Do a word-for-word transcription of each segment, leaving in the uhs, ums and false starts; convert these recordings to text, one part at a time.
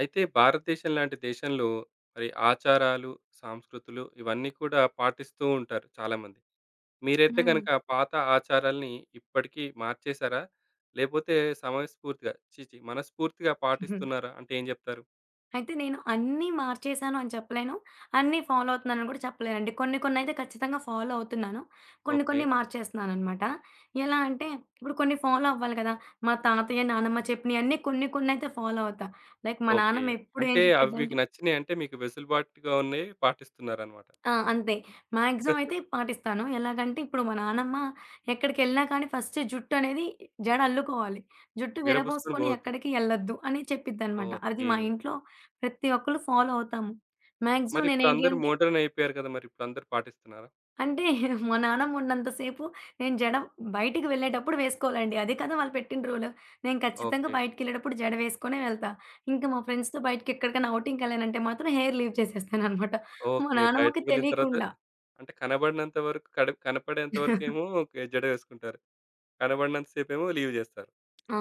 అయితే భారతదేశం లాంటి దేశంలో మరి ఆచారాలు, సాంస్కృతులు ఇవన్నీ కూడా పాటిస్తూ ఉంటారు చాలామంది. మీరైతే హ్మ్. గనుక పాత ఆచారాల్ని ఇప్పటికీ మార్చేసారా? లేపోతే సమయస్ఫూర్తిగా ఛీ! ఛీ! మనస్ఫూర్తిగా పాటిస్తున్నారా? అంటే ఏం జెప్తారు? అయితే నేను అన్నీ మార్చేశాను అని చెప్పలేను. అన్నీ ఫాలో అవుతున్నానని కూడా చెప్పలేనండి. కొన్ని కొన్నయితే ఖచ్చితంగా ఫాలో అవుతున్నాను. కొన్ని ఓకే. కొన్ని మార్చేస్తున్నాననమాట. ఎలా అంటే ఇప్పుడు కొన్ని ఫాలో అవ్వాలి కదా! మా తాతయ్య, నానమ్మ చెప్పినయన్నీ కొన్ని కొన్నయితే ఫాలో అవుతా. లైక్ మా ఓకే. నాన్నమ్మ ఎప్పుడు ఏం అంటే అవి మీకు చెప్పిద్దంటే నచ్చినయి అంటే మీకు వెసులుబాటుగా ఉన్నయి పాటిస్తున్నారనమాట. ఆ! అంతే. మాక్సిమం అయితే పాటిస్తాను. ఎలాగంటే ఇప్పుడు మా నానమ్మ ఎక్కడికెళ్ళినా కానీ ఫస్ట్ జుట్టనేది జడ అల్లుకోవాలి. జుట్టు విరబూసుకొని విరబోసుకొని పోవద్దు. ఎక్కడికి ఎళ్ళొద్దు అని చెప్పిద్దనమాట. అది ఓకే. మా ఇంట్లో ప్రతి ఒక్కళ్ళు ఫాలో అవుతాము. మాక్సిమం మరిప్పుడు నేనేంటి అందరూ అంటే, మోడర్న్ అయిపోయారు కదా! మరిప్పుడు అందరూ పాటిస్తున్నారా? అంటే మా నానమ్మ ఉన్నంత సేపు నేను జడ బయటికి వెళ్ళేటప్పుడు వేసుకోవాలండి. అది కదా వాళ్ళు పెట్టిన రూలు. నేను ఖచ్చితంగా ఓకే. బయటికెళ్ళేటప్పుడు జడ వేసుకొనే వెళ్తా. ఇంకా మా ఫ్రెండ్స్‌తో బయటికి ఎక్కడికైనా ఔటింగ్‌కెళ్ళానంటే మాత్రం హెయిర్ లీవ్ చేసేస్తాననమాట. మా ఓకే. బయటికి నానమ్మకి వెళ్ళిన తర్వాత తెలియకుండా. అంటే కనబడినంత వరకు కడ కనపడేంత వరకేమో ఓకే. జడ వేసుకుంటారు. కనబడినంత సేపేమో లీవ్ జేస్తారు. ఆ!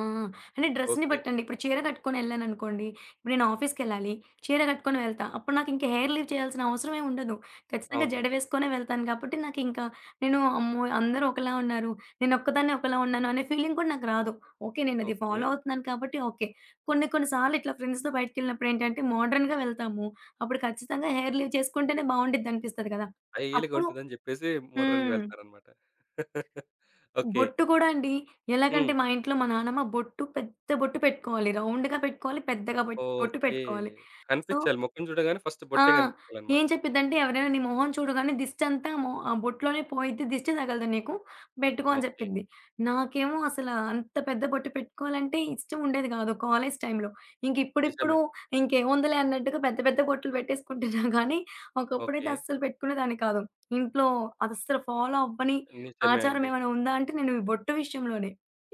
అంటే డ్రెస్‌ని ఓకే. బట్టండి. ఇప్పుడు చీర కట్టుకొనెళ్ళాననుకోండి, ఇప్పుడు నేను ఆఫీస్‌కెళ్ళాలి, చీర కట్టుకొని వెళ్తా. అప్పుడు నాకింక హెయిర్ లీవ్ చేయాల్సిన అవసరమే ఉండదు. ఖచ్చితంగా అవును. జడ వేసుకొనే వెళ్తాను కాబట్టి, నాకింకా నేను అమ్మో! అందరూ ఒకలా ఉన్నారు. నేనొక్కదాన్నే ఒకలా ఉన్నాను అనే ఫీలింగ్ కూడా నాకు రాదు. ఓకే. నేనది ఓకే. ఫాలో అవుతున్నాను కాబట్టి ఓకే. కొన్ని కొన్ని సార్లు ఇట్లా ఫ్రెండ్స్‌తో బయటికెళ్ళినప్పుడేంటంటే, మోడర్న్‌గా వెళ్తాము. అప్పుడు ఖచ్చితంగా హెయిర్ లీవ్ చేసుకుంటేనే బావుండిద్దనిపిస్తది కదా! హైలుగా అప్పుడు ఉంటదని జెప్పేసి మోడర్న్‌గా హ్మ్. వెళ్తారనమాట. ఓకే. బొట్టు కూడా అండి. ఎలాగంటే హ్మ్. మా ఇంట్లో మా నానమ్మ బొట్టు పెద్ద బొట్టు పెట్టుకోవాలి. రౌండ్‌గా పెట్టుకోవాలి. పెద్దగా బొట్ బొట్టు ఓకే. పెట్టుకోవాలి. సో కనిపిచ్చాలి. ముఖం చూడగానే ఫస్ట్ ఆ! బొట్టే కనిపిచ్చాలనమాట. ఏం చెప్పిద్దంటే, "ఎవరైనా నీ మొహం చూడగానే దిష్టంతా మొ ఆ బొట్లోనే పోయిద్ది. దిష్టి తగలదు నీకు. పెట్టుకో" అని ఓకే. చెప్పిద్ది. నాకేమో అసల అంత పెద్ద బొట్టు పెట్టుకోవాలంటే ఇష్టం ఉండేది కాదు కాలేజీ టైంలో. ఇంక నిజమే. ఇప్పుడిప్పుడు ఇంకేముందిలే అన్నట్టుగా పెద్ద పెద్ద బొట్లు పెట్టేసుకుంటున్నా కానీ, ఒకప్పుడైతే ఓకే. అస్సలు పెట్టుకునేదాన్ని కాదు. ఇంట్లో అదస్సలు ఫాలో అవ్వని నిజమే ఆచారం అండి. ఏమైనా ఉందా అంటే, నేను ఈ బొట్టు విషయంలోనే.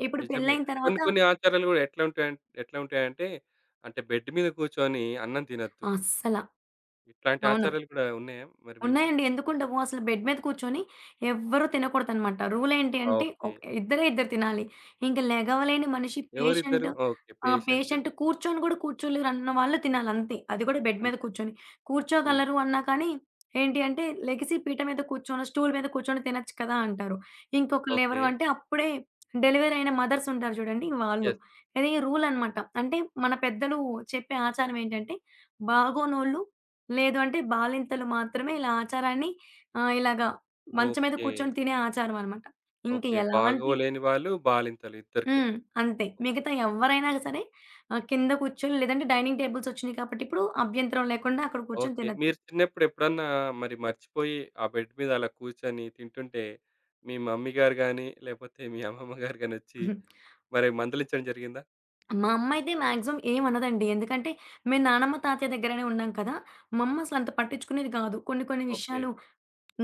ఇప్పుడు నిజమే. పెళ్లయిన కొన్ని తర్వాత కొన్ని ఆచారాలు గూడా ఎట్లా ఉంటాయం ఎట్లా ఉంటాయంటే, అంటే బెడ్ మీద కూర్చొని అన్నం తినొద్దు. అస్సల. ఇట్లాంటి అవును. ఆచారాలు కూడా ఉన్నాయా మరి మీ ఇంట్లో? ఉన్నాయండి. ఎందుకుండవు? అసలు బెడ్ మీద కూర్చొని ఎవ్వరూ తినకూడదనమాట. రూలేంటి అంటే ఓకే. ఒక్ ఇద్దరే ఇద్దరు తినాలి. ఇంక లెగవలేని మనిషి పేషెంట్ ఎవరిద్దరు? ఓకే. ఆ! పేషెంట్ పేషెంట్ కూర్చొని గూడా కూర్చోలేరన్న వాళ్ళు తినాలంతే. అది గూడా బెడ్ మీద అంతే. కూర్చొని. హ్మ్. కూర్చోగలరు అన్నా కానీ ఏంటి అంటే లెగిసి పీట మీద కూర్చొనో, స్టూల్ మీద కూర్చొని తినొచ్చు కదా! అంటారు. ఓకే. ఇంకొకళ్ళెవరు అంటే అప్పుడే డెలివరీ అయిన మదర్స్ ఉంటారు చూడండి వాళ్ళు. యెస్. ఇది ఓకే. రూలనమాట. అంటే మన పెద్దలు చెప్పే ఆచారం ఏంటంటే బాగోనోళ్ళు లేదు అంటే బాలింతలు మాత్రమే ఇలా ఆచారాన్ని ఆహ్, ఇలాగా మంచం మీద ఓకే. కూర్చొని తినే ఆచారమనమాట. ఇంక ఓకే. ఎలాంటి బాగోలేని వాళ్ళు, బాలింతలు ఇద్దరికే. హ్మ్. అంతే. ఓకే. మిగతా ఎవ్వరైనా సరే ఆహ్, కింద కూర్చొని లేదంటే డైనింగ్ టేబుల్స్ వచ్చినియి కాబట్టి ఇప్పుడు అభ్యంతరం లేకుండా అక్కడ కూర్చొని ఓకే. తినొచ్చు. మీరు చిన్నప్పుడు ఎప్పుడన్నా మరి మర్చిపోయి ఆ బెడ్ మీద అలా కూర్చొని తింటుంటే, మీ మమ్మీ గారు గాని, లేపోతే మీ అమ్మమ్మ గారు గాని వచ్చి మరి మందలించడం జరిగిందా? మా అమ్మ అయితే మాక్సిమం ఏమనదండి. ఎందుకంటే మేము నానమ్మ, తాతయ్య దగ్గరనే ఉన్నాం కదా! మా అమ్మ అసలంత పట్టించుకునేది కాదు. కొన్ని కొన్ని ఓకే. విషయాలు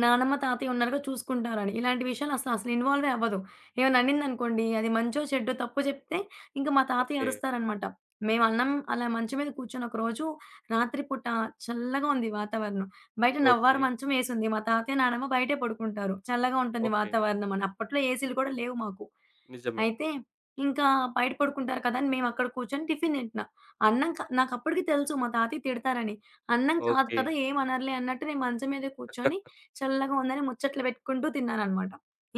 నానమ్మ, తాతయ్య ఉన్నారుగా చూసుకుంటారని. ఇలాంటి విషయాలు అసలు అసలు ఇన్వాల్వే అవ్వదు. ఏమైనా అనిందనుకోండి, అది మంచో, చెడ్డో, తప్పో చెప్తే ఇంక మా తాతయ్య ఓకే. అరుస్తారనమాట. మేము అన్నం అలా మంచం మీద కూర్చొని ఒకరోజు రాత్రి పూట చల్లగా ఉంది వాతావరణం. బయట ఓకే. నవ్వారు మంచం ఏసుంది. మా తాతయ్య, నానమ్మ బయటే పడుకుంటారు. చల్లగా ఉంటుంది ఓకే. వాతావరణం అని. అప్పట్లో ఏసీలు కూడా లేవు మాకు. నిజమే. అయితే ఇంకా బయట పడుకుంటారు కదా! అని మేమక్కడ కూర్చొని టిఫిన్ తింటున్నా. అన్నం క నాకప్పటికి తెలుసు మా తాతయ్య తిడతారని. అన్నం కాదు ఓకే. కదా! ఏమనరులే అన్నట్టు నేను మంచం మీదే కూర్చొని చల్లగా ఉందని ముచ్చట్లు పెట్టుకుంటూ తిన్నాననమాట.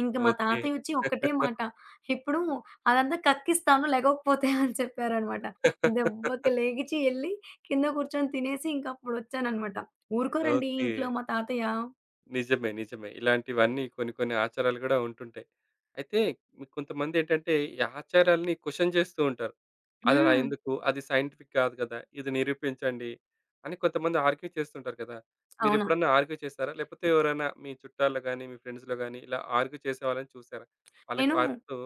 ఇంక మా ఓకే. తాతయ్య వచ్చి ఒక్కటే మాట, "ఇప్పుడు అదంతా కక్కిస్తాను లెగవకపోతే" అని చెప్పారనమాట. దెబ్బకి లెగిచి ఎళ్లి కింద కూర్చొని తినేసి ఇంకప్పుడొచ్చాననమాట. ఊరుకోరండి ఓకే. ఇంట్లో మా తాతయ్య. నిజమే. నిజమే. ఇలాంటివన్నీ కొన్ని కొన్ని ఆచారాలు గూడా ఉంటుంటాయి. అయితే మీ కొంతమంది ఏంటంటే ఈ ఆచారాల్ని క్వెషన్ చేస్తూ ఉంటారు. అదలా హ్మ్. ఎందుకు? అది సైంటిఫిక్ కాదు కదా! ఇది నిరూపించండి అని కొంతమంది ఆర్గ్యూ చేస్తుంటారు కదా! అవును. మీరెప్పుడన్నా ఆర్గ్యూ చేసారా? లేకపోతే ఎవరైనా మీ చుట్టాల్లో గాని, మీ ఫ్రెండ్స్‌లో గాని ఇలా ఆర్గ్యూ చేసేవాళ్ళని చూసారా? వాళ్ళకి నేను వారితో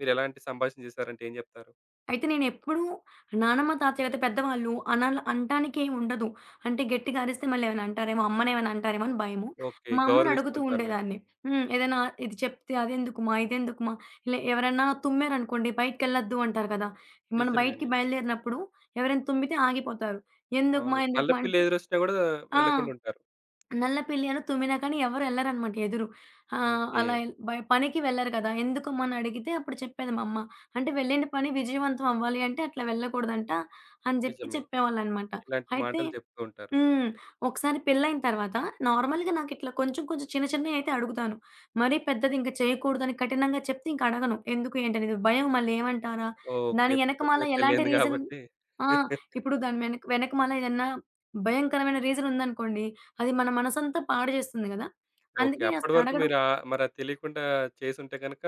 మీరెలాంటి సంభాషణ చేసారంటే ఏం జెప్తారు? అయితే నేనెప్పుడూ నానమ్మ, తాతయ్య అయితే పెద్దవాళ్ళు అనాల అనటానికేం ఉండదు. అంటే గట్టిగా అరిస్తే మళ్ళేమైనా అంటారేమో, అమ్మనేమైనా అంటారేమో అని భయము. ఓకే. మా అమ్మని అడుగుతూ గౌరవిస్తుంటారు మీరు. ఉండేదాన్ని. హ్మ్. ఏదైనా ఇది చెప్తే అదెందుకుమా, ఇదెందుకుమా, ఇలా ఎవరన్నా తుమ్మారనుకోండి బయటికెళ్ళొద్దు అంటారు కదా! మనం నిజమే బయటికి అండి. బయలుదేరినప్పుడు ఎవరైనా తుమ్మితే ఆగిపోతారు. అవును. ఎందుకుమా, నల్ల ఎందుకుమా పిల్లి అంటే ఎదురొచ్చినా గూడా ఆ! వెళ్ళకుండా ఉంటారు. నల్ల పిల్లి అనో, తుమ్మినా కానీ ఎవరు ఎళ్ళరనమాట ఎదురు. ఆహ్, ఓకే. అలా ఎల్ బ పనికి వెళ్లరు కదా! ఎందుకమ్మా అని అడిగితే అప్పుడు చెప్పేది మా అమ్మ. అంటే వెళ్ళిన పని విజయవంతం అవ్వాలి అంటే అట్లా వెళ్ళకూడదంట అని జెప్పి నిజమే. చెప్పేవాళ్ళనమాట. ఇలాంటి అయితే మాటలు చెప్తూ ఉంటారు. హ్మ్. ఒకసారి పెళ్ళైన తర్వాత నార్మల్‌గా నాకిట్లా కొంచెం కొంచెం చిన్న చిన్నయయితే అడుగుతాను. మరీ పెద్దది ఇంక చేయకూడదని కఠినంగా చెప్తే ఇంక అడగను. ఎందుకు ఏంటనేది భయం మళ్ళేమంటారా? ఓకే. దాని యెనకమాల కొత్తగా ఎలాంటి పెళ్ళయింది రీజన్ కాబట్టి ఆ! ఇప్పుడు దాని వెనక వెనకమాల ఏదన్నా భయంకరమైన రీజన్ ఉందనుకోండి, అది మన మనసంతా పాడు చేస్తుంది గదా! ఓకే. అందుకే అప్పటి వరకు అసలడగడం మీరు ఆహ్, మరది తెలియకుండా చేసుంటే గనక,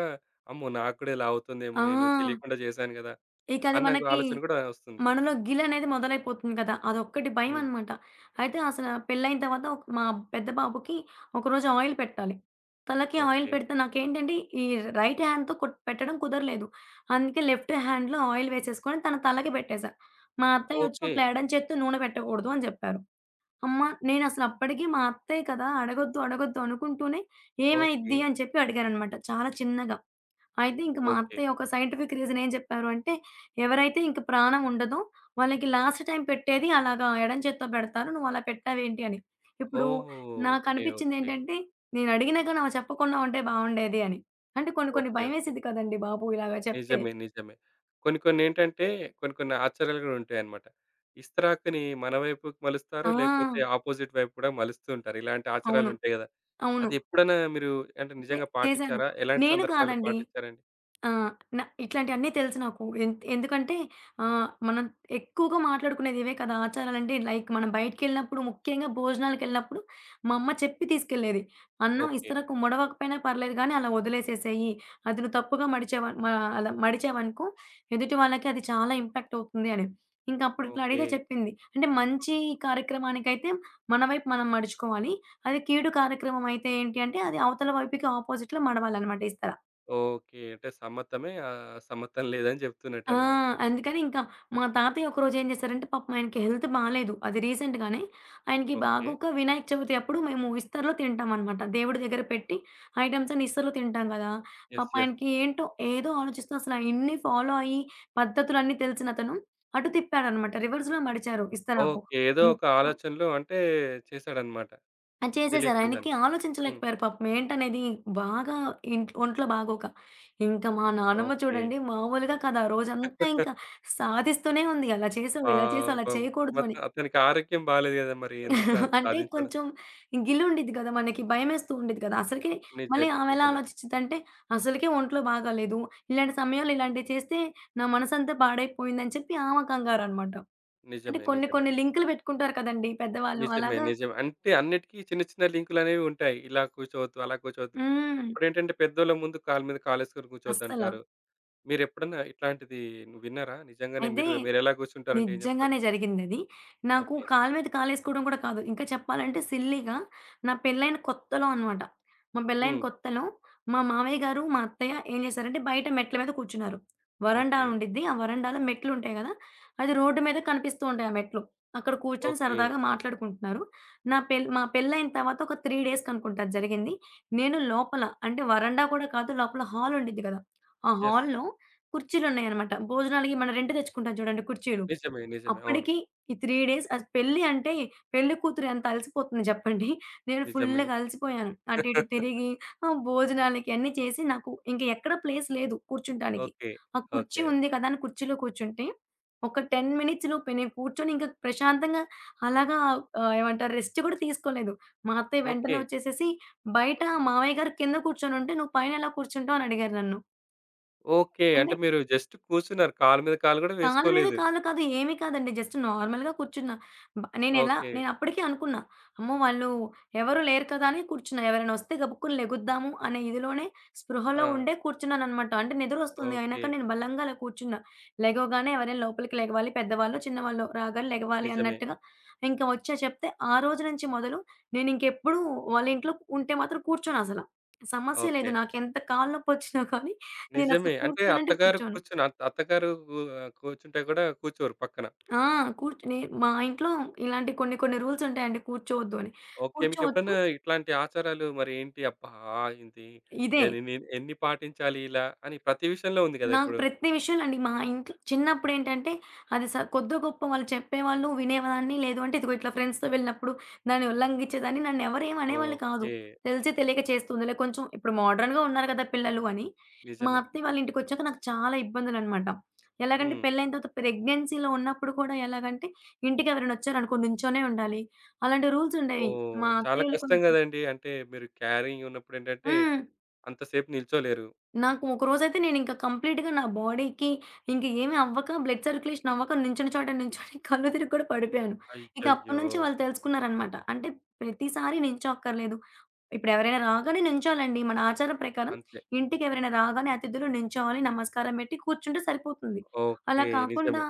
అమ్మో! నాకు కూడా ఇలా అవుతుందేమో, ఆ! నేను తెలియకుండా చేశాను గదా! ఇకది అని నాకు మనకి ఆలోచన కూడా వస్తుంది. మనలో గిలనేది మొదలైపోతుంది కదా! అదొక్కటి హ్మ్. భయమనమాట. అయితే అసల పెళ్లయిన తర్వాత ఒక మా పెద్ద బాబుకి ఒకరోజు ఆయిల్ పెట్టాలి. తలకి ఆయిల్ ఓకే. పెడితే నాకేంటంటే ఈ రైట్ హ్యాండ్‌తో కొట్ పెట్టడం కుదరలేదు. అందుకే లెఫ్ట్ హ్యాండ్‌లో ఆయిల్ వేసేసుకొని తన తలకి పెట్టేశా. మా అత్తయ్య ఒచ్చి ఓకే. "అట్లా ఎడం చేత్తో నూనె పెట్టకూడదు" అని జెప్పారు. అమ్మ నేనసలప్పటికి మా అత్తయ్య కదా! అడగొద్దు, అడగొద్దు అనుకుంటూనే ఓకే. "ఏమైద్ది?" అని చెప్పి అడిగాననమాట చాలా చిన్నగా. అయితే ఇంక మా ఓకే. అత్తయ్య ఒక సైంటిఫిక్ రీజన్ ఏం చెప్పారు అంటే, ఎవరైతే ఇంక ప్రాణం ఉండదో వాళ్ళకి లాస్ట్ టైమ్ పెట్టేది అలాగా ఎడం చేత్తో పెడతారు. నువ్వలా పెట్టావేంటి అని. ఇప్పుడు ఓహ్! ఓకే. ఓకే. నాకనిపిచ్చిందేంటంటే, నేనడిగినా గాని ఆమె చెప్పకుండా ఉంటే బావుండేది అని. అంటే కొన్ని కొన్ని ఓకే. ఓకే. భయమేసిద్ది కదండీ బాబు! ఇలాగ చెప్తే. నిజమే. నిజమే. కొన్ని కొన్నేంటంటే కొన్ని కొన్ని ఆశ్చర్యాలు గూడా ఉంటాయన్నమాట. ఇస్తరాకుని మన వైపుకి మలుస్తారు. ఆ! లేపోతే ఆపోజిట్ వైపు గూడా మలుస్తూ ఉంటారు. ఇలాంటి ఆచారాలు అవును. ఉంటాయి గదా! అవును. అది ఎప్పుడైనా మీరు అంటే చే నిజంగా చేశాను. పాటించారా? ఎలాంటి నేను సందర్భాల్లో కాదండి. పాటించారండి? ఆ! న ఇట్లాంటియన్నీ తెలుసు నాకు. ఎన్ ఎందుకంటే ఆహ్, మనం ఎక్కువగా మాట్లాడుకునేది ఇవే కదా! ఆచారాలంటే లైక్ మనం బయటికెళ్ళినప్పుడు ముఖ్యంగా భోజనాలకెళ్ళినప్పుడు మా అమ్మ చెప్పి తీసుకెళ్ళేది. అన్నం ఓకే. ఇస్తరకు ముడవకపోయినా పర్లేదు గానీ అలా వదిలేసేసేయి. అది నువ్వు తప్పుగా మడిచావ మ అలా మడిచావనుకో ఎదుటి వాళ్ళకి అది చాలా ఇంపాక్ట్ అవుతుంది అని. ఇంక అప్పుడు ఇట్లా ఓకే. అడిగితే చెప్పింది. అంటే మంచి కార్యక్రమానికైతే మన వైపు మనం మడుచుకోవాలి. అది కీడు కార్యక్రమం అయితే ఏంటి అంటే అది అవతల వైపుకి ఆపోజిట్‌లో మడవాలనమాట ఇస్తర. ఓకే. అంటే సమ్మతమే. ఆహ్, సమ్మతం లేదని ఆ! జెప్తున్నట్టన్నమాట. అందుకని ఇంకా మా తాతయ్య ఒకరోజు ఏం చేశారంటే పాపం ఆయనకి హెల్త్ బాలేదు. అది రీసెంట్‌గానే. ఆయనకి ఓకే. బాగోక వినాయక చవితి అప్పుడు మేము ఇస్తర్‌లో తింటామనమాట. దేవుడి దగ్గర పెట్టి ఐటెమ్స్ అన్ని ఇస్తర్‌లో తింటాం కదా! యెస్. పాపం యెస్. ఆయనకి ఏంటో ఏదో ఆలోచిస్తూ అసలు అయన్నీ ఫాలో అయ్యి పద్ధతులన్నీ తెలిసినతను అటు తిప్పాడనమాట. రివర్స్‌లో మడిచారు ఇస్తరాకు. ఓకే. ఏదో ఒక ఇంకా ఆలోచనలో అంటే చేశాడన్నమాట. ఆ! చేసేసారు. తెలియకుండానే. ఆయనకి హ్మ్. ఆలోచించలేకపోయారు పాపం. ఏంటనేది బాగా ఇంట్ ఒంట్లో బాగోక. ఇంకా మా నానమ్మ ఓకే. చూడండి మామూలుగా కాదు. ఆ రోజంతా ఇంకా సాధిస్తూనే ఉంది. అలా చేసావు, ఇలా చేసావు, అలా పాపం. చేయకూడదు మత్ అని. అతనికి ఆరోగ్యం బాలేదు గదా! మరి ఎందుకు అంత అంటే సాధించడం? కొంచెం గిల్లు ఉండిద్ది కదా! మనకి భయమేస్తూ ఉండిద్ది కదా! అసలకి మళ్ళీ నిజమే. ఆమె ఎలా నిజమే. ఆలోచిచ్చిద్దంటే, అసలకే ఒంట్లో బాగాలేదు. ఇలాంటి సమయంలో ఇలాంటివి చేస్తే నా మనసంతా పాడైపోయిందని చెప్పి ఆమె కంగారనమాట. అంటే నిజమే. కొన్ని నిజమే. కొన్ని లింకులు పెట్టుకుంటారు కదండీ పెద్దవాళ్ళు. నిజమే. అలాగా నిజమే. అంటే అన్నిటికి చిన్న చిన్న లింకులనేవి ఉంటాయి. ఇలా కూర్చోవద్దు, అలా కూర్చోవద్దు. హ్మ్. ఇప్పుడేంటంటే పెద్దోళ్ళ ముందు కాలు మీద కాలేసుకొని అస్సల. కూర్చోవద్దంటారు. మీరెప్పుడన్నా ఇట్లాంటిది నువ్వు విన్నారా? నిజంగానే అయితే మీరు మీరెలా కూర్చుంటారంటే ఏం జెప్తారు? నిజంగానే జరిగిందది. నాకు ఓకే. కాలు మీద కాలేసుకోవడం కూడా కాదు. ఇంకా చెప్పాలంటే సిల్లీగా నా పెళ్ళైన కొత్తలో అనమాట. మా పెళ్ళైన హ్మ్. కొత్తలో మా మామయ్య గారు, మా అత్తయ్య ఏం చేశారంటే బయట మెట్ల మీద కూర్చున్నారు. వరండా ఓకే. ఉండిద్ది. ఆ వరండాలో మెట్లుంటాయి గదా! అది రోడ్డు మీద కనిపిస్తూ ఉంటాయి ఆ మెట్లు. అక్కడ కూర్చొని ఓకే. సరదాగా మాట్లాడుకుంటున్నారు. నా పెళ్ మా పెళ్ళైన తర్వాత ఒక మూడు డేస్‌కి అనుకుంటా అది జరిగింది. నేను లోపల అంటే వరండా కూడా కాదు లోపల హాల్ ఉండిద్ది గదా! ఆ యెస్. హాల్‌లో కుర్చీలున్నాయన్నమాట. భోజనాలకి మనం రెంట్‌కి తెచ్చుకుంటాం చూడండి కుర్చీలు. నిజమే. నిజమే. అవును. అప్పటికి ఈ మూడు డేస్ అసలు పెళ్లి అంటే పెళ్లి కూతురు ఎంత అలసిపోతుంది జెప్పండి. నేను నిజమే. ఫుల్‌గా అలసిపోయాను. అటు ఇటు తిరిగి ఆహ్, భోజనాలకి అన్నీ చేసి నాకు ఇంక ఎక్కడ ప్లేస్ లేదు కూర్చుంటానికి. ఓకే. ఆ కుర్చీ ఓకే. ఉంది కదా! అని కుర్చీలో కూర్చుంటే ఒక పది మినిట్స్ లోపే నేను కూర్చొని ఇంకా ప్రశాంతంగా అలాగా ఆహ్, ఏమంటారు రెస్ట్ గూడా తీసుకోలేదు. మా అత్తయ్య ఓకే. వెంటనే వచ్చేసేసి "బయట మావయ్య గారు కింద కూర్చొనుంటే నువ్వు పైన ఎలా కూర్చుంటావు?" అని అడిగారు నన్ను. ఓకే. అంటే అంటే మీరు జస్ట్ కూర్చున్నారు. కాలు మీద కాలు గూడా కాళ్ళ మీద వేసుకోలేదు. కాళ్ళు కాదు. ఏమీ కాదండి. జస్ట్ నార్మల్‌గా కూర్చున్నా. బ నేనెలా ఓకే. నేను అప్పటికే అనుకున్నా. అమ్మో! వాళ్ళు ఎవరు లేరు కదా! అని కూర్చున్నా. ఎవరైనా వస్తే గబుక్కున లెగుద్దాము అనే ఇదిలోనే స్పృహలో ఆ! ఉండే కూర్చున్నాననమాట. అంటే నిద్రొస్తుంది. ఓకే. అయినాక నేను బలంగా అలా కూర్చున్నా. లెగవగానే ఎవరైనా లోపలికి లెగవాలి. పెద్దవాళ్ళో, చిన్నవాళ్ళో రాగానే లెగవాలి నిజమే. అన్నట్టుగా ఇంకా వచ్చా చెప్తే ఆ రోజు నుంచి మొదలు నేనింకెప్పుడు వాళ్ళ ఇంట్లో ఉంటే మాత్రం కూర్చోనసల. సమస్య ఓకే. లేదు. నాకెంత కాళ్ళు నొప్పొచ్చినా కానీ నిజమే. నేనసలు అంటే కూర్చోనంటే అత్తగారు కూర్చోను. కూర్చొని అత్ అత్తగారు గు ఆహ్, కూర్చుంటే గూడా కూర్చోరు పక్కన. ఆ! కూర్చొని మా ఇంట్లో ఇలాంటి కొన్ని కొన్ని రూల్సుంటాయండి కూర్చోవద్దు అని. ఓకే. కూర్చోవచ్చు. మీకెప్పుడన్నా ఇట్లాంటి ఆచారాలు మరి ఏంటి అబ్బా! ఇది ఇదే. ఎని ని ఎన్ని పాటించాలి ఇలా అని ప్రతి విషయంలో ఉంది గదా! నాకు ఇప్పుడు. ప్రతి విషయంలో అండి. మా ఇంట్లో చిన్నప్పుడేంటంటే, అది స కొద్దో గొప్పో వాళ్ళు చెప్పేవాళ్ళు, వినేదాన్ని. లేదు అంటే ఇదిగో ఇట్లా ఫ్రెండ్స్‌తో వెళ్ళినప్పుడు దాన్ని ఉల్లంఘించేదాన్ని. నన్నెవరేం అనేవాళ్ళు కాదు. ఓకే. తెలిసి తెలియక చేస్తుందిలే కొంచెం ఇప్పుడు మోడర్న్‌గా ఉన్నారు కదా పిల్లలు అని. మా నిజమే. అత్తయ్య వాళ్ళ ఇంటికొచ్చాక నాకు చాలా ఇబ్బందులనమాట. ఎలాగంటే హ్మ్. పెళ్ళైన తర్వాత ప్రెగ్నెన్సీలో ఉన్నప్పుడు కూడా ఎలాగంటే, ఇంటికి ఎవరైనా వచ్చారనుకో నుంచోనే ఉండాలి. అలాంటి రూల్స్ ఉండేవి. ఓహ్! మా చాలా అత్తయ్యోళ్ళు కష్టం కొంచెం గదండీ. అంటే మీరు క్యారింగ్ ఉన్నప్పుడేంటంటే హ్మ్. అంతసేపు నిల్చోలేరు. నాకు ఒక రోజైతే నేనింక కంప్లీట్‌గా నా బాడీకి ఇంక ఏమి అవ్వక బ్లడ్ సర్క్యులేషన్ అవ్వక నించున్న చోట నించొని కళ్ళు తిరిగి కూడా పడిపోయాను. ఇక అయ్యయ్యో! అప్పటినుంచి వాళ్ళు తెలుసుకున్నారనమాట. అంటే ప్రతిసారి నించోక్కర్లేదు. ఇప్పుడెవరైనా రాగానే నించోవాలండి. మన ఆచారం ప్రకారం అంతే. ఇంటికెవరైనా రాగానే అతిథులు నించోవాలి, నమస్కారం పెట్టి కూర్చుంటే సరిపోతుంది. అలా ఓకే. కాకుండా నిజమే.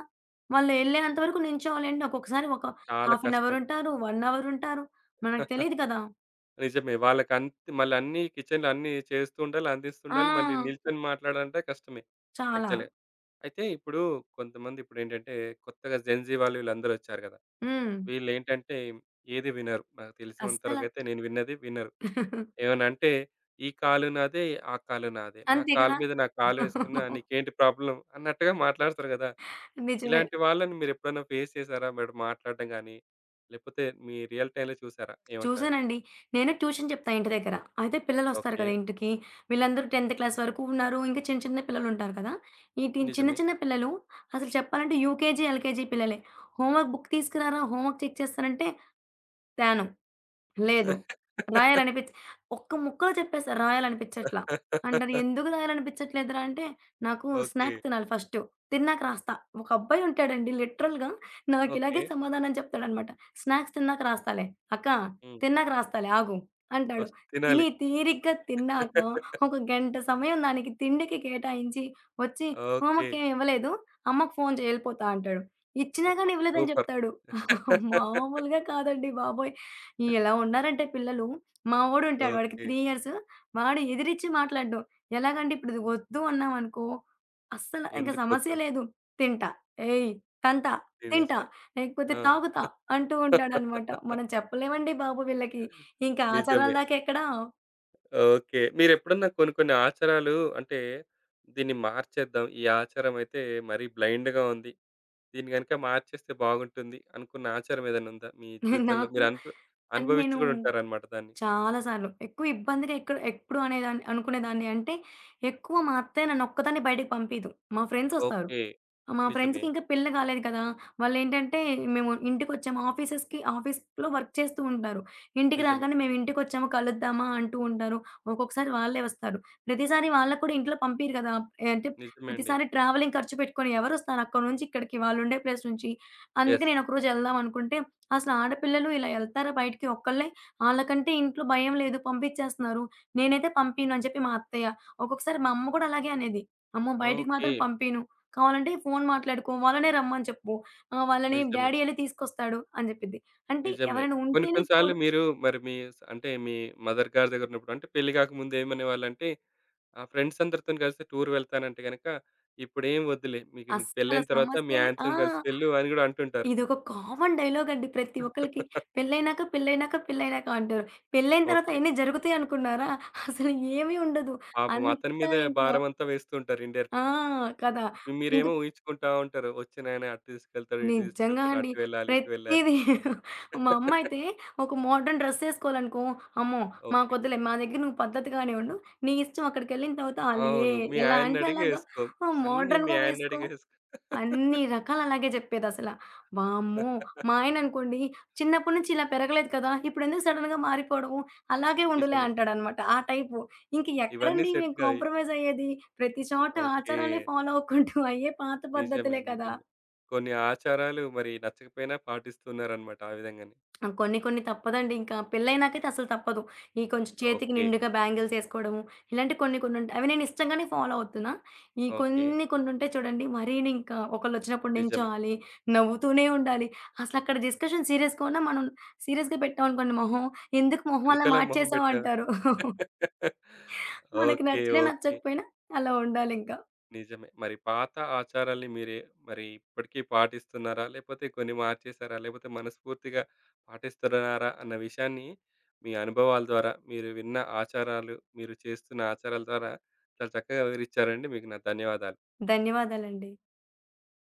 వాళ్ళు ఎళ్ళేంత వరకు నించోవాలండి. ఒక్కొక్కసారి ఒక చాలా హాఫ్ అన్ అవర్ కష్టం. ఉంటారు, ఒక అవర్ ఉంటారు. మనకు తెలీదు కదా! నిజమే. వాళ్ళకంత్ మళ్ళీ అన్నీ కిచెన్‌లో అన్నీ చేస్తూ ఉండాలి, ఆ! అందిస్తుండాలి. మళ్ళీ నిల్చొని మాట్లాడాలంటే కష్టమే చాలా. యాక్చువల్‌గా. అయితే ఇప్పుడు కొంతమంది ఇప్పుడేంటంటే కొత్తగా జెన్‌జీ వాళ్ళు వీళ్ళందరూ వచ్చారు కదా! హ్మ్. వీళ్ళేంటంటే ఏది వినరు. నాకు తెలిసినంత అస్సల. వరకైతే నేను విన్నది వినరు. ఏమన్నా అంటే ఈ కాలు నాదే, ఆ కాలు నాదే. నా అంతే కాలు కదా! మీద నా కాలేసుకున్నా నీకేంటి ప్రాబ్లమ్ అన్నట్టుగా మాట్లాడతారు కదా! నిజమే. ఇలాంటి వాళ్ళని మీరెప్పుడైనా ఫేస్ చేసారా? మీరు మాట్లాడడం గాని, లేకపోతే మీ రియల్ టైమ్‌లో చూసారా? ఏమంటారు? చూసానండి. నేను ట్యూషన్ చెప్తా ఇంటి దగ్గర. అయితే పిల్లలొస్తారు ఓకే. కదా ఇంటికి. వీళ్ళందరూ టెన్త్ క్లాస్ వరకు ఉన్నారు. ఇంకా చిన్న చిన్న పిల్లలుంటారు కదా! ఈ టీన్ చిన్న నిజమే. చిన్న పిల్లలు అసలు చెప్పాలంటే యూకేజీ, ఎల్‌కేజీ పిల్లలే. "హోంవర్క్ బుక్ తీసుకురారా, హోంవర్క్ చెక్ చేస్తానంటే" తేను. లేదు. రాయాలనిపిచ్ ఒక్క ముక్కలో చెప్పేసా రాయాలనిపిచ్చట్లా. అంటారు "ఎందుకు రాయాలనిపిచ్చట్లేదురా" అంటే, "నాకు ఓకే. స్నాక్ తినాలి ఫస్ట్. తిన్నాక రాస్తా." ఒక అబ్బాయి ఉంటాడండి లిటరల్‌గా ఓకే. నాకిలాగే సమాధానం చెప్తాడనమాట. "స్నాక్స్ తిన్నాక రాస్తాలే. అక్క హ్మ్. తిన్నాక రాస్తాలే ఆగు" అంటాడు. ఫస్ట్ తినాలి. తిని తీరిగ్గా తిన్నాక ఒక గంట సమయం దానికి తిండికి కేటాయించి వచ్చి ఓకే. "హోంవర్క్ ఏమి ఇవ్వలేదు. అమ్మకి ఫోను చేయి ఎళ్ళిపోతా" అంటాడు. ఇచ్చినా అబ్బా! గాని ఇవ్వలేదని సూపర్. చెప్తాడు. మామూలుగా కాదండి బాబోయ్! ఎలా ఉన్నారంటే పిల్లలు. మా వోడుంటాడు. వాడికి ఓకే. మూడు ఇయర్స్. వాడు ఎదిరిచ్చి మాట్లాడడం. ఎలాగంటే ఇప్పుడు ఇది వద్దు అన్నామనుకో, అస్సలు ఇంక సమస్య ఎందుకొద్దు లేదు. తింటా, ఏయ్! తంతా, తింటా, తినేస్తా. లేకపోతే ఆ! తాగుతా అంటూ ఉంటాడనమాట. మనం చెప్పలేమండి బాబు వీళ్ళకి. ఇంకా ఆచారాల నిజమే. దాకా ఎక్కడ ఓకే. మీరెప్పుడన్నా కొన్ని కొన్ని ఆచారాలు అంటే దీన్ని మార్చేద్దాం. ఈ ఆచారం అయితే మరీ బ్లైండ్‌గా ఉంది. దీన్ని గనుక మార్చేస్తే బాగుంటుంది అనుకున్న ఆచారం ఏదైనా ఉందా? మీ జీవితంలో నాకు మీరు అనుభ అంటే అనుభవించి నేను కూడా ఉంటారన్నమాట దాన్ని. చాలా సార్లు. ఎక్కువ ఇబ్బందిగా ఎక్కడ ఎప్పుడు అనేదాన్ని అనుకునేదాన్ని అంటే, ఎక్కువ మా అత్తయ్య నన్నొక్కదాన్ని బయటకి పంపీదు. మా ఫ్రెండ్సొస్తారు. ఓకే. మా నిజమే. ఫ్రెండ్స్‌కి ఇంకా పెళ్లి కాలేదు కదా! వాళ్ళేంటంటే మేము ఇంటికొచ్చాము ఆఫీసెస్‌కి ఆఫీస్‌లో వర్క్ చేస్తూ ఉంటారు. ఇంటికి నిజమే. రాగానే మేము ఇంటికొచ్చాము కలుద్దామా అంటూ ఉంటారు. ఒక్కొక్కసారి వాళ్ళే వస్తారు. ప్రతిసారి వాళ్ళకి కూడా ఇంట్లో పంపీరు కదా! ఏ అంటే నిజమే అండి. ప్రతిసారి ట్రావెలింగ్ ఖర్చు పెట్టుకొని ఎవరొస్తారు అక్కడి నుంచి ఇక్కడికి వాళ్ళుండే ప్లేస్ నుంచి. అందుకే యెస్. నేను ఒకరోజు ఎళ్దాం అనుకుంటే, అసలు ఆడపిల్లలు ఇలా ఎళ్తారా బయటికి ఒక్కళ్ళే? ఆళ్ళకంటే ఇంట్లో భయం లేదు పంపిచ్చేస్తున్నారు. నేనైతే పంపియను అని చెప్పి మా అత్తయ్య. ఒక్కొక్కసారి మా అమ్మ కూడా అలాగే అనేది. అమ్మో! బయటికి ఓకే. మాత్రం పంపియను. కావాలంటే ఫోన్ మాట్లాడుకో, వాళ్ళనే రమ్మని చెప్పు. ఆహ్, వాళ్ళని నిజమే. డ్యాడీ ఎళ్లి తీసుకొస్తాడు అని చెప్పిద్ది. అంటే నిజమే. ఎవరైనా కొన్ని ఉంటేనే కొన్ని సార్లు తోడు. మీరు మరి మీ స్ అంటే మీ మదర్ గారి దగ్గరున్నప్పుడు అంటే పెళ్లి కాకముందు ఏమనేవాళ్ళంటే, ఆ ఫ్రెండ్స్ అందరితోని కలిసి టూర్ వెళ్తానంటే గనక, ఇప్పుడేం వద్దులే. మీకు నీకు అస్సల పెళ్లయిన తర్వాత మీ సమస్య లేదు. ఆ! ఆయనతోని కలిసి వెళ్ళు అని గూడా అంటుంటారు. ఇదొక కామన్ డైలాగ్ అండి ప్రతి ఒక్కళ్ళకి. పెళ్లయినాక, పెళ్లయినాక, పెళ్లయినాక అంటారు. పెళ్లయిన తర్వాత ఓకే. అయన్నీ జరుగుతాయి అనుకున్నారా? అసలు ఏమీ ఉండదు. పాపం అతని అంతా మీద ఇంకా భారమంతా వేస్తూ ఉంటారు ఆ! ఇండైరెక్ట్‌గా. కదా! ఇంక మీరేమో ఊహించుకుంటా ఉంటారు. వచ్చి నాయన అటు తీసుకెళ్తాడు, ఇటు నిజంగా తీసుకెళ్తాడు, అండి. అటు వెళ్ళాలి, ఇటు వెళ్ళాలి. ప్రతీది మా అమ్మయితే ఒక మోడర్న్ డ్రెస్ ఏసుకోవాలనుకో, "అమ్మో! ఓకే. మాకొద్దులే మా దగ్గర నువ్వు పద్ధతిగానే ఉండు. నీ ఇష్టం అక్కడికెళ్ళిన తర్వాత ఆళ్ళు ఏ అవును. మీ ఎలా అంటే ఆయన్నడిగి అలాగా ఏసుకోం. ఆహ్, అన్నీ మీ మోడర్న్‌గా వేసుకో." ఆయన్నడిగి ఏసుకో అన్ని రకాలు అలాగే జెప్పేదసల. వామ్మో! మా ఆయననుకోండి చిన్నప్పటి నుంచి ఇలా పెరగలేదు కదా! ఇప్పుడెందుకు సడెన్‌గా మారిపోవడము, అలాగే ఉండులే నిజమే. అంటాడనమాట. ఆ టైపు. ఇంక ఇవన్నీ ఎక్కడండి సెట్ మేము గాయి. కాంప్రమైజ్ అయ్యేది. ప్రతి చోట ఓకే. ఆచారాలే ఫాలో అవ్వుకుంటూ అయ్యే పాత నిజమే. పద్ధతులే కదా! నిజమే. కొన్ని ఆచారాలు మరి నచ్చకపోయినా పాటిస్తున్నారనమాట ఆ విధంగానే. ఆ! కొన్ని కొన్ని తప్పదండి. ఇంకా పెళ్లయినాకైతే అసలు తప్పదు. ఈ కొంచెం చేతికి ఓకే. నిండుగా బ్యాంగిల్స్ ఏసుకోవడము, ఇలాంటి కొన్ని కొన్ని ఉంటాయి. అవి నేను ఇష్టంగానే ఫాలో అవుతున్నా. ఈ ఓకే. కొన్ని కొన్ని ఉంటాయి చూడండి. మరీను ఇంకా ఒకళ్ళొచ్చినప్పుడు నిజమే. నించోవాలి, నవ్వుతూనే ఉండాలి. అసలక్కడ డిస్కషన్ సీరియస్‌గా ఉన్నా మనం సీరియస్‌గా పెట్టామనుకోండి మొహం, "ఎందుకు మొహం అలా ఎందుకలా మొహం మార్చేసావు" బెట్టావు? అంటారు. మనకి ఓకే. నచ్చినా ఓకే. నచ్చకపోయినా అలా ఉండాలింకా. నిజమే. మరి పాత ఆచారాల్ని మీరే మరి ఇప్పటికీ పాటిస్తున్నారా? లేపోతే కొన్ని మార్చేసారా? లేపోతే మనస్ఫూర్తిగా పాటిస్తున్నారా? అన్న విషయాన్ని మీ అనుభవాల ద్వారా, మీరు విన్న ఆచారాలు, మీరు చేస్తున్న ఆచారాల ద్వారా చాలా చక్కగా వివరిచ్చారండి. మీకు నా ధన్యవాదాలు. ధన్యవాదాలండి.